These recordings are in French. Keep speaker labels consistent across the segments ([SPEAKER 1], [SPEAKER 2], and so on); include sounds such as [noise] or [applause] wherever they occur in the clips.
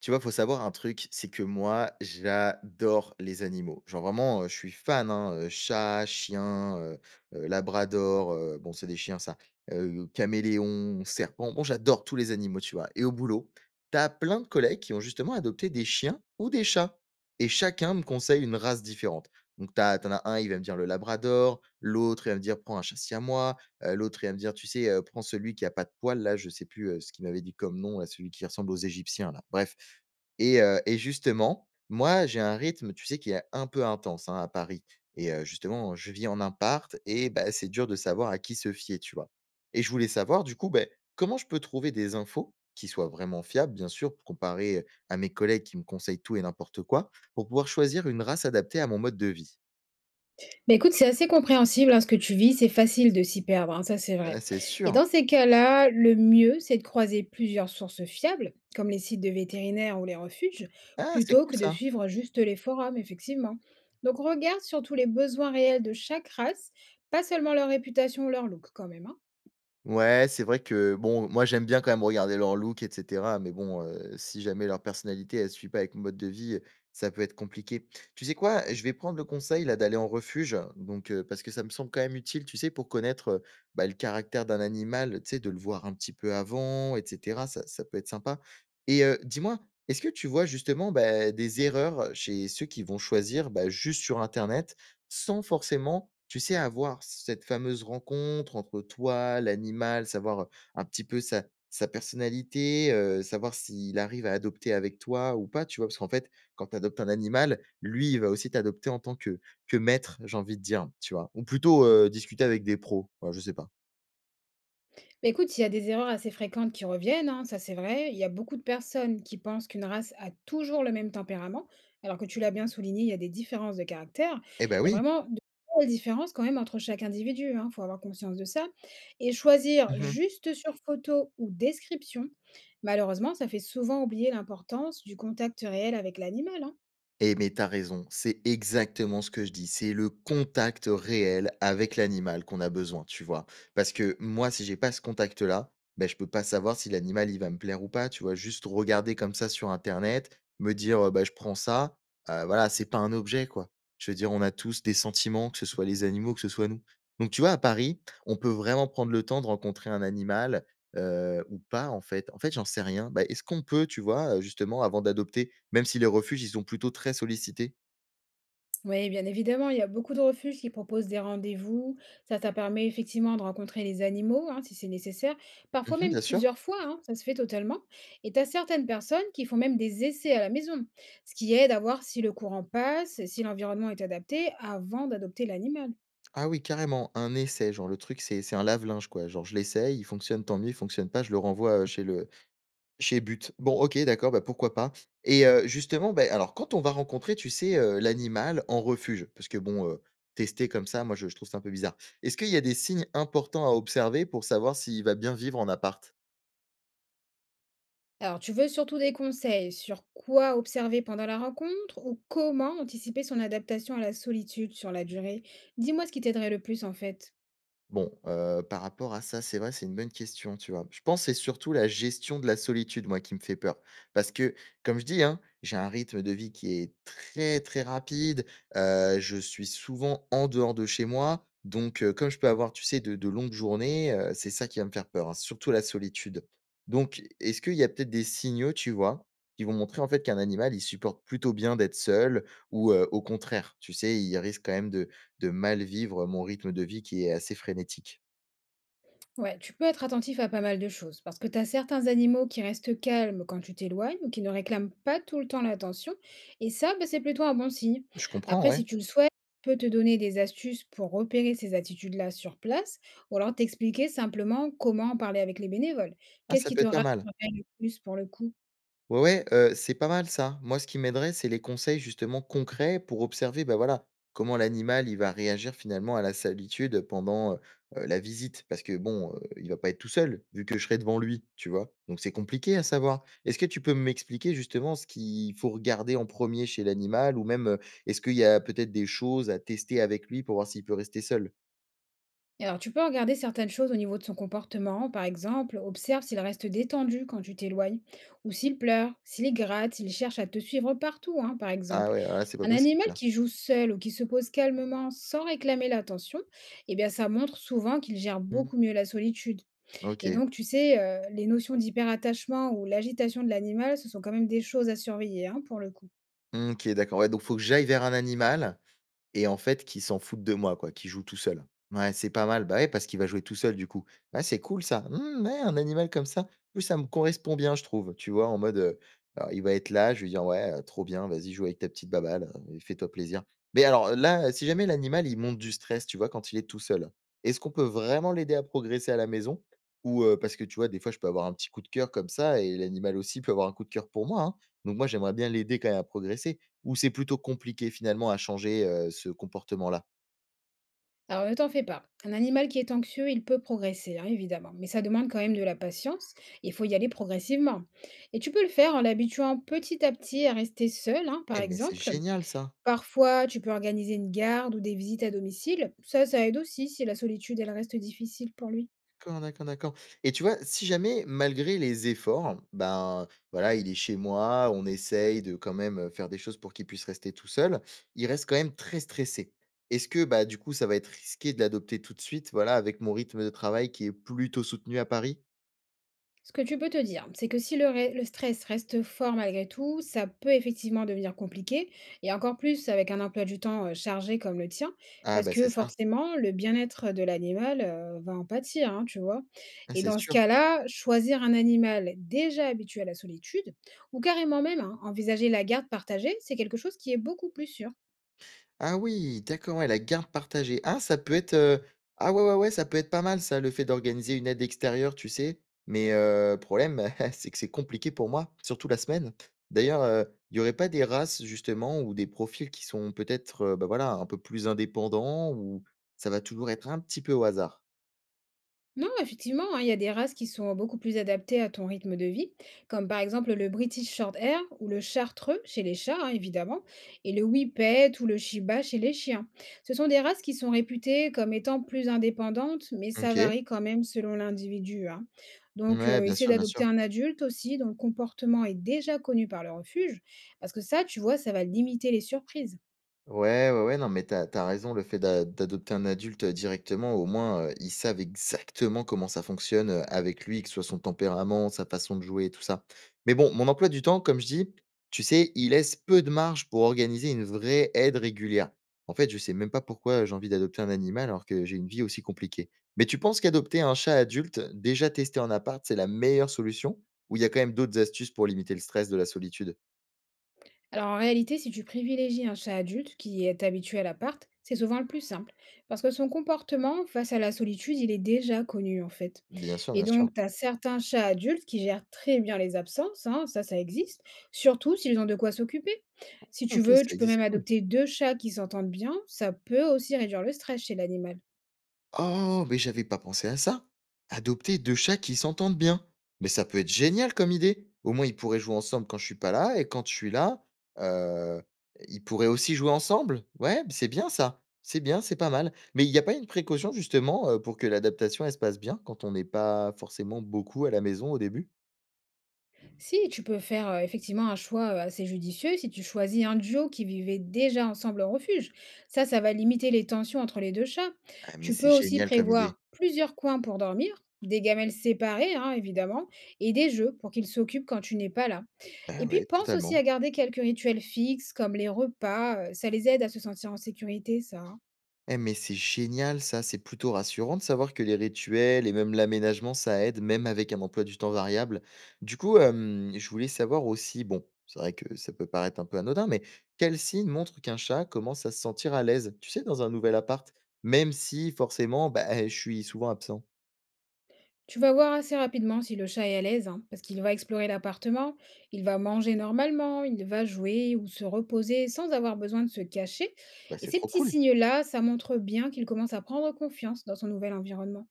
[SPEAKER 1] Tu vois, faut savoir un truc, c'est que moi, j'adore les animaux. Genre vraiment, je suis fan, hein, chat, chien, labrador, bon, c'est des chiens ça, caméléon, serpent, bon, j'adore tous les animaux, tu vois? Et au boulot, t'as plein de collègues qui ont justement adopté des chiens ou des chats et chacun me conseille une race différente. Donc t'as, t'en as un, il va me dire le labrador, l'autre, il va me dire: «Prends un chat siamois». L'autre, il va me dire: «Tu sais, prends celui qui a pas de poils là», je sais plus, ce qu'il m'avait dit comme nom là, celui qui ressemble aux Égyptiens là, bref. Et et justement, moi, j'ai un rythme, tu sais, qui est un peu intense, hein, à Paris, et justement, je vis en imparte et bah, c'est dur de savoir à qui se fier, tu vois? Et je voulais savoir du coup, ben comment je peux trouver des infos qui soient vraiment fiables, bien sûr, pour comparer, à mes collègues qui me conseillent tout et n'importe quoi, pour pouvoir choisir une race adaptée à mon mode de vie?
[SPEAKER 2] Bah, écoute, c'est assez compréhensible, hein, ce que tu vis, c'est facile de s'y perdre, hein, ça c'est
[SPEAKER 1] Ah,
[SPEAKER 2] vrai.
[SPEAKER 1] c'est
[SPEAKER 2] Et
[SPEAKER 1] sûr.
[SPEAKER 2] dans ces cas-là, le mieux, c'est de croiser plusieurs sources fiables, comme les sites de vétérinaires ou les refuges,
[SPEAKER 1] Ah, c'est
[SPEAKER 2] plutôt
[SPEAKER 1] cool
[SPEAKER 2] que de
[SPEAKER 1] ça!
[SPEAKER 2] suivre juste les forums, effectivement. Donc regarde surtout les besoins réels de chaque race, pas seulement leur réputation ou leur look quand même, hein.
[SPEAKER 1] Ouais, c'est vrai que bon, moi j'aime bien quand même regarder leur look et cetera, mais bon, si jamais leur personnalité, elle suit pas avec mon mode de vie, ça peut être compliqué. Tu sais quoi? Je vais prendre le conseil là d'aller en refuge, donc parce que ça me semble quand même utile, tu sais, pour connaître, bah, le caractère d'un animal, tu sais, de le voir un petit peu avant et cetera, ça peut être sympa et dis-moi, est-ce que tu vois justement, bah, des erreurs chez ceux qui vont choisir, bah, juste sur internet? Sans forcément, tu sais, avoir cette fameuse rencontre entre toi, l'animal, savoir, un petit peu sa sa personnalité, savoir s'il arrive à adopter avec toi ou pas, tu vois? Parce qu'en fait, quand tu adoptes un animal, lui, il va aussi t'adopter en tant que maître, j'ai envie de dire, tu vois? Ou plutôt, discuter avec des pros, ouais, je sais pas.
[SPEAKER 2] Bah, écoute, il y a des erreurs assez fréquentes qui reviennent, hein, ça c'est vrai. Il y a beaucoup de personnes qui pensent qu'une race a toujours le même tempérament, alors que tu l'as bien souligné, il y a des différences de caractère.
[SPEAKER 1] Eh ben
[SPEAKER 2] Il y a
[SPEAKER 1] oui.
[SPEAKER 2] vraiment de belles différences quand même entre chaque individu, il faut avoir conscience de ça. Et choisir
[SPEAKER 1] Mmh.
[SPEAKER 2] juste sur photo ou description, malheureusement, ça fait souvent oublier l'importance du contact réel avec l'animal, hein.
[SPEAKER 1] Eh mais t'as raison, c'est exactement ce que je dis, c'est le contact réel avec l'animal qu'on a besoin, tu vois? Parce que moi, si j'ai pas ce contact-là, ben je peux pas savoir si l'animal, il va me plaire ou pas, tu vois? Juste regarder comme ça sur internet, me dire, «Bah, je prends ça», voilà, c'est pas un objet, quoi. Je veux dire, on a tous des sentiments, que ce soit les animaux, que ce soit nous. Donc tu vois, à Paris, on peut vraiment prendre le temps de rencontrer un animal, ou pas en fait? En fait, j'en sais rien. Bah, est-ce qu'on peut, tu vois, justement avant d'adopter, même si les refuges, ils sont plutôt très sollicités?
[SPEAKER 2] Oui, bien évidemment, il y a beaucoup de refuges qui proposent des rendez-vous. Ça permet effectivement de rencontrer les animaux, hein, si c'est nécessaire. Parfois
[SPEAKER 1] Mmh,
[SPEAKER 2] même
[SPEAKER 1] bien sûr.
[SPEAKER 2] plusieurs fois, hein, ça se fait totalement. Et tu as certaines personnes qui font même des essais à la maison, ce qui aide à voir si le courant passe, et si l'environnement est adapté avant d'adopter l'animal.
[SPEAKER 1] Ah oui, carrément, un essai, genre le truc, c'est un lave-linge quoi, genre je l'essaye, il fonctionne, tant mieux, il fonctionne pas, je le renvoie, chez le chez But. Bon OK, d'accord, bah, pourquoi pas. Et justement, bah alors quand on va rencontrer, tu sais, l'animal en refuge, parce que bon, tester comme ça, moi je trouve ça un peu bizarre. Est-ce qu'il y a des signes importants à observer pour savoir s'il va bien vivre en appart?
[SPEAKER 2] Alors, tu veux surtout des conseils sur quoi observer pendant la rencontre ou comment anticiper son adaptation à la solitude sur la durée? Dis-moi ce qui t'aiderait le plus en fait.
[SPEAKER 1] Bon, par rapport à ça, c'est vrai, c'est une bonne question, tu vois? Je pense que c'est surtout la gestion de la solitude, moi, qui me fait peur. Parce que, comme je dis, hein, j'ai un rythme de vie qui est très, très rapide, je suis souvent en dehors de chez moi, donc comme je peux avoir, tu sais, de longues journées, c'est ça qui va me faire peur, hein, surtout la solitude. Donc est-ce qu'il y a peut-être des signaux, tu vois, qui vont montrer, en fait, qu'un animal, il supporte plutôt bien d'être seul ou au contraire, tu sais, il risque quand même de mal vivre mon rythme de vie qui est assez frénétique.
[SPEAKER 2] Ouais, tu peux être attentif à pas mal de choses, parce que tu as certains animaux qui restent calmes quand tu t'éloignes ou qui ne réclament pas tout le temps l'attention, et ça, bah, c'est plutôt un bon signe.
[SPEAKER 1] Je comprends,
[SPEAKER 2] Après,
[SPEAKER 1] ouais.
[SPEAKER 2] si tu le souhaites, je peux te donner des astuces pour repérer ces attitudes-là sur place, ou alors t'expliquer simplement comment en parler avec les bénévoles.
[SPEAKER 1] Ah,
[SPEAKER 2] Qu'est-ce
[SPEAKER 1] ça
[SPEAKER 2] qui
[SPEAKER 1] peut
[SPEAKER 2] te
[SPEAKER 1] être pas
[SPEAKER 2] rassurerait
[SPEAKER 1] mal.
[SPEAKER 2] le plus pour le coup?
[SPEAKER 1] Ouais, ouais, c'est pas mal ça. Moi, ce qui m'aiderait, c'est les conseils justement concrets pour observer, bah, voilà, comment l'animal, il va réagir finalement à la solitude pendant, la visite. Parce que bon, il va pas être tout seul, vu que je serai devant lui, tu vois? Donc c'est compliqué à savoir. Est-ce que tu peux m'expliquer justement ce qu'il faut regarder en premier chez l'animal ou même, est-ce qu'il y a peut-être des choses à tester avec lui pour voir s'il peut rester seul?
[SPEAKER 2] Et alors, tu peux regarder certaines choses au niveau de son comportement, par exemple, observe s'il reste détendu quand tu t'éloignes, ou s'il pleure, s'il est gratte, s'il cherche à te suivre partout, hein, par
[SPEAKER 1] Ah
[SPEAKER 2] exemple.
[SPEAKER 1] ouais, alors là, c'est pas
[SPEAKER 2] Un
[SPEAKER 1] possible
[SPEAKER 2] animal
[SPEAKER 1] ça.
[SPEAKER 2] qui joue seul ou qui se pose calmement sans réclamer l'attention, eh bien, ça montre souvent qu'il gère
[SPEAKER 1] Mmh.
[SPEAKER 2] beaucoup mieux la solitude. Et
[SPEAKER 1] OK.
[SPEAKER 2] donc, tu sais, les notions d'hyperattachement ou l'agitation de l'animal, ce sont quand même des choses à surveiller, hein, pour le coup.
[SPEAKER 1] Mmh, OK, d'accord. Ouais, donc faut que j'aille vers un animal, et en fait, qui s'en foutent de moi quoi, qui joue tout seul. Ouais, c'est pas mal, bah, ouais, parce qu'il va jouer tout seul du coup. Ouais, c'est cool ça. Mmh, ouais, un animal comme ça. Oui, ça me correspond bien, je trouve. Tu vois? En mode, alors il va être là, je lui dis: «Ouais, trop bien, vas-y joue avec ta petite baballe, et fais-toi plaisir». Mais alors là, si jamais l'animal, il monte du stress, tu vois? Quand il est tout seul, est-ce qu'on peut vraiment l'aider à progresser à la maison? Ou, parce que tu vois, des fois, je peux avoir un petit coup de cœur comme ça et l'animal aussi peut avoir un coup de cœur pour moi, hein. Donc moi, j'aimerais bien l'aider quand même à progresser. Ou c'est plutôt compliqué finalement à changer, ce comportement-là?
[SPEAKER 2] Alors ne t'en fais pas. Un animal qui est anxieux, il peut progresser, hein, évidemment, mais ça demande quand même de la patience. Il faut y aller progressivement. Et tu peux le faire en l'habituant petit à petit à rester seul, hein, par
[SPEAKER 1] Eh mais c'est
[SPEAKER 2] exemple.
[SPEAKER 1] génial ça!
[SPEAKER 2] Parfois, tu peux organiser une garde ou des visites à domicile. Ça aide aussi si la solitude, elle reste difficile pour lui.
[SPEAKER 1] D'accord, d'accord, d'accord. Et tu vois, si jamais malgré les efforts, ben, voilà, il est chez moi, on essaye de quand même, faire des choses pour qu'il puisse rester tout seul, il reste quand même très stressé. Est-ce que, bah, du coup, ça va être risqué de l'adopter tout de suite, voilà, avec mon rythme de travail qui est plutôt soutenu à Paris?
[SPEAKER 2] Ce que tu peux te dire, c'est que si le stress reste fort malgré tout, ça peut effectivement devenir compliqué, et encore plus avec un emploi du temps chargé comme le tien,
[SPEAKER 1] Ah,
[SPEAKER 2] parce
[SPEAKER 1] bah, c'est
[SPEAKER 2] que
[SPEAKER 1] ça.
[SPEAKER 2] forcément, le bien-être de l'animal va en pâtir, hein, tu vois.
[SPEAKER 1] Ah,
[SPEAKER 2] Et
[SPEAKER 1] c'est
[SPEAKER 2] dans ce
[SPEAKER 1] sûr.
[SPEAKER 2] cas-là, choisir un animal déjà habitué à la solitude, ou carrément même hein, envisager la garde partagée, c'est quelque chose qui est beaucoup plus sûr.
[SPEAKER 1] Ah oui, d'accord, ouais, la garde partagée. Ah, ça peut être, ah ouais, ouais, ouais, ça peut être pas mal ça, le fait d'organiser une aide extérieure, tu sais? Mais, problème, [laughs] c'est que c'est compliqué pour moi, surtout la semaine. D'ailleurs, il y aurait pas des races justement ou des profils qui sont peut-être, bah, voilà, un peu plus indépendants, ou ça va toujours être un petit peu au hasard?
[SPEAKER 2] Non, effectivement, hein, il y a des races qui sont beaucoup plus adaptées à ton rythme de vie, comme par exemple le British Shorthair ou le Chartreux chez les chats, hein, évidemment, et le Whippet ou le Shiba chez les chiens. Ce sont des races qui sont réputées comme étant plus indépendantes, mais ça
[SPEAKER 1] OK.
[SPEAKER 2] varie quand même selon l'individu, hein. Donc,
[SPEAKER 1] Ouais, bien
[SPEAKER 2] essayer
[SPEAKER 1] sûr, bien
[SPEAKER 2] d'adopter
[SPEAKER 1] sûr.
[SPEAKER 2] un adulte aussi dont le comportement est déjà connu par le refuge, parce que ça, tu vois, ça va limiter les surprises.
[SPEAKER 1] Ouais, ouais, ouais, non, mais t'as as raison, le fait d'adopter un adulte, directement, au moins, ils savent exactement comment ça fonctionne, avec lui, que ce soit son tempérament, sa façon de jouer tout ça. Mais bon, mon emploi du temps, comme je dis, tu sais, il laisse peu de marge pour organiser une vraie aide régulière. En fait, je sais même pas pourquoi j'ai envie d'adopter un animal alors que j'ai une vie aussi compliquée. Mais tu penses qu'adopter un chat adulte, déjà testé en appart, c'est la meilleure solution? Ou il y a quand même d'autres astuces pour limiter le stress de la solitude?
[SPEAKER 2] Alors en réalité, si tu privilégies un chat adulte qui est habitué à l'appart, c'est souvent le plus simple, parce que son comportement face à la solitude, il est déjà connu en fait.
[SPEAKER 1] Bien sûr,
[SPEAKER 2] Et
[SPEAKER 1] bien sûr.
[SPEAKER 2] donc, tu as certains chats adultes qui gèrent très bien les absences, hein, ça existe, surtout s'ils ont de quoi s'occuper. Si
[SPEAKER 1] Ah
[SPEAKER 2] tu
[SPEAKER 1] OK,
[SPEAKER 2] veux,
[SPEAKER 1] ça
[SPEAKER 2] tu peux
[SPEAKER 1] existe,
[SPEAKER 2] même
[SPEAKER 1] c'est cool.
[SPEAKER 2] adopter deux chats qui s'entendent bien, ça peut aussi réduire le stress chez l'animal.
[SPEAKER 1] Oh, mais j'avais pas pensé à ça. Adopter deux chats qui s'entendent bien. Mais ça peut être génial comme idée. Au moins, ils pourraient jouer ensemble quand je suis pas là et quand je suis là, euh, ils pourraient aussi jouer ensemble. Ouais, c'est bien ça. C'est bien, c'est pas mal. Mais il n'y a pas une précaution justement pour que l'adaptation elle se passe bien quand on n'est pas forcément beaucoup à la maison au début?
[SPEAKER 2] Si, tu peux faire effectivement un choix assez judicieux si tu choisis un duo qui vivait déjà ensemble en refuge. Ça va limiter les tensions entre les deux chats.
[SPEAKER 1] Ah, mais
[SPEAKER 2] Tu
[SPEAKER 1] c'est
[SPEAKER 2] peux aussi
[SPEAKER 1] génial comme idée.
[SPEAKER 2] prévoir plusieurs coins pour dormir, des gamelles séparées, hein, évidemment, et des jeux pour qu'ils s'occupent quand tu n'es pas là.
[SPEAKER 1] Bah
[SPEAKER 2] Et puis,
[SPEAKER 1] ouais,
[SPEAKER 2] pense aussi
[SPEAKER 1] totalement.
[SPEAKER 2] à garder quelques rituels fixes comme les repas. Ça les aide à se sentir en sécurité, ça, hein.
[SPEAKER 1] Eh mais c'est génial ça, c'est plutôt rassurant de savoir que les rituels et même l'aménagement, ça aide, même avec un emploi du temps variable. Du coup, je voulais savoir aussi, bon, c'est vrai que ça peut paraître un peu anodin, mais quel signe montre qu'un chat commence à se sentir à l'aise, tu sais, dans un nouvel appart, même si forcément, bah, je suis souvent absent?
[SPEAKER 2] Tu vas voir assez rapidement si le chat est à l'aise, hein, parce qu'il va explorer l'appartement, il va manger normalement, il va jouer ou se reposer sans avoir besoin de se cacher.
[SPEAKER 1] Bah,
[SPEAKER 2] Et
[SPEAKER 1] c'est
[SPEAKER 2] ces
[SPEAKER 1] trop
[SPEAKER 2] petits
[SPEAKER 1] cool.
[SPEAKER 2] signes-là, ça montre bien qu'il commence à prendre confiance dans son nouvel environnement.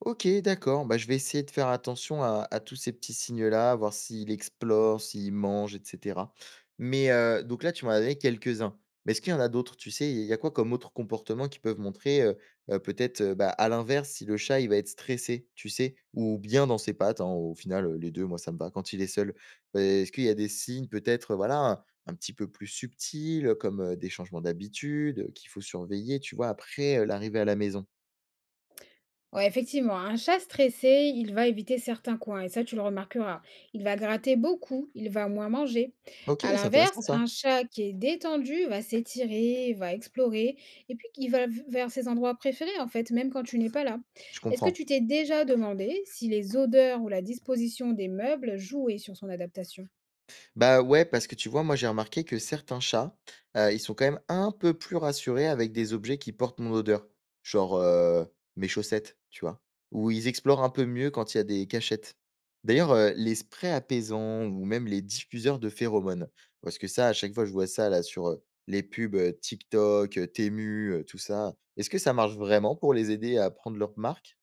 [SPEAKER 1] OK, d'accord. Bah, je vais essayer de faire attention à tous ces petits signes-là, voir s'il explore, s'il mange, et cetera. Mais, donc là, tu m'en as donné quelques-uns. Mais est-ce qu'il y en a d'autres? Tu sais, il y a quoi comme autres comportements qui peuvent montrer, peut-être, bah, à l'inverse, si le chat, il va être stressé, tu sais? Ou bien dans ses pattes, hein, au final, les 2. Moi, ça me va quand il est seul. Est-ce qu'il y a des signes peut-être, voilà, un petit peu plus subtils, comme, des changements d'habitude, qu'il faut surveiller, tu vois, après, l'arrivée à la maison?
[SPEAKER 2] Ouais, effectivement, un chat stressé, il va éviter certains coins, et ça, tu le remarqueras. Il va gratter beaucoup, il va moins manger.
[SPEAKER 1] OK,
[SPEAKER 2] À
[SPEAKER 1] c'est
[SPEAKER 2] l'inverse,
[SPEAKER 1] intéressant ça.
[SPEAKER 2] un chat qui est détendu va s'étirer, va explorer, et puis vers ses endroits préférés, en fait, même quand tu n'es pas là.
[SPEAKER 1] Je
[SPEAKER 2] Est-ce que
[SPEAKER 1] comprends.
[SPEAKER 2] tu t'es déjà demandé si les odeurs ou la disposition des meubles jouaient sur son adaptation?
[SPEAKER 1] Bah ouais, parce que tu vois, moi j'ai remarqué que certains chats, ils sont quand même un peu plus rassurés avec des objets qui portent mon odeur, genre, mes chaussettes, tu vois? Ou ils explorent un peu mieux quand il y a des cachettes. D'ailleurs, les sprays apaisants ou même les diffuseurs de phéromones, parce que ça, à chaque fois, je vois ça là sur, les pubs, TikTok, Temu, tout ça. Est-ce que ça marche vraiment pour les aider à prendre leur marque?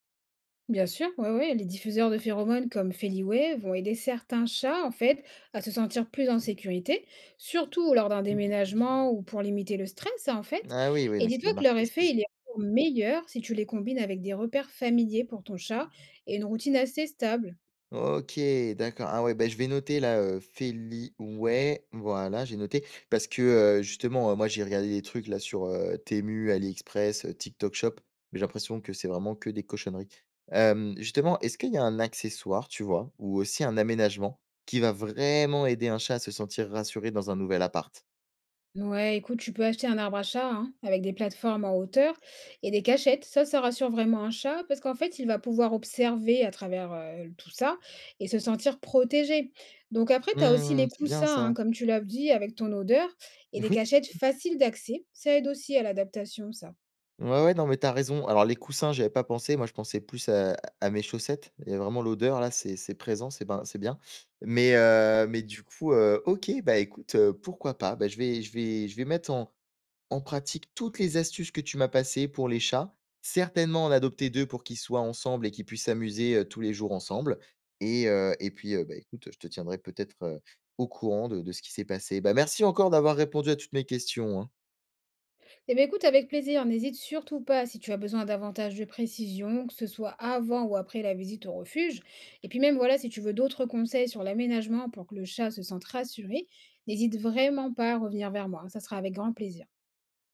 [SPEAKER 2] Bien sûr, oui oui, les diffuseurs de phéromones comme Feliway vont aider certains chats en fait à se sentir plus en sécurité, surtout lors d'un déménagement ou pour limiter le stress hein, en fait.
[SPEAKER 1] Ah oui, oui,
[SPEAKER 2] Et
[SPEAKER 1] donc il y a des
[SPEAKER 2] dis-toi que
[SPEAKER 1] marques
[SPEAKER 2] leur effet,
[SPEAKER 1] précises.
[SPEAKER 2] il est encore meilleur si tu les combines avec des repères familiers pour ton chat et une routine assez stable.
[SPEAKER 1] OK, d'accord. Ah ouais, bah, je vais noter là, Feliway, voilà, j'ai noté parce que, justement, moi j'ai regardé des trucs là sur, Temu, AliExpress, TikTok Shop, mais j'ai l'impression que c'est vraiment que des cochonneries. Justement, est-ce qu'il y a un accessoire, tu vois, ou aussi un aménagement qui va vraiment aider un chat à se sentir rassuré dans un nouvel appart?
[SPEAKER 2] Ouais, écoute, tu peux acheter un arbre à chat hein, avec des plateformes en hauteur et des cachettes. Ça rassure vraiment un chat parce qu'en fait, il va pouvoir observer à travers tout ça et se sentir protégé. Donc après, tu as aussi
[SPEAKER 1] Mmh,
[SPEAKER 2] les
[SPEAKER 1] c'est bien
[SPEAKER 2] coussins, hein,
[SPEAKER 1] ça.
[SPEAKER 2] comme tu l'as dit, avec ton odeur et des
[SPEAKER 1] [laughs]
[SPEAKER 2] cachettes faciles d'accès. Ça aide aussi à l'adaptation, ça.
[SPEAKER 1] Ouais, ouais, non, mais t'as raison. Alors les coussins, j'avais pas pensé. Moi, je pensais plus à mes chaussettes. Il y a vraiment l'odeur là, c'est présent, c'est ben c'est bien. Mais du coup, OK, bah, écoute, pourquoi pas? Bah, je vais mettre en en pratique toutes les astuces que tu m'as passées pour les chats. Certainement en adopter 2 pour qu'ils soient ensemble et qu'ils puissent s'amuser, tous les jours ensemble et puis, bah, écoute, je te tiendrai peut-être, au courant de ce qui s'est passé. Bah, merci encore d'avoir répondu à toutes mes questions, hein.
[SPEAKER 2] Eh bien, écoute, avec plaisir, n'hésite surtout pas si tu as besoin davantage de précisions, que ce soit avant ou après la visite au refuge. Et puis même, voilà, si tu veux d'autres conseils sur l'aménagement pour que le chat se sente rassuré, n'hésite vraiment pas à revenir vers moi. Ça sera avec grand plaisir.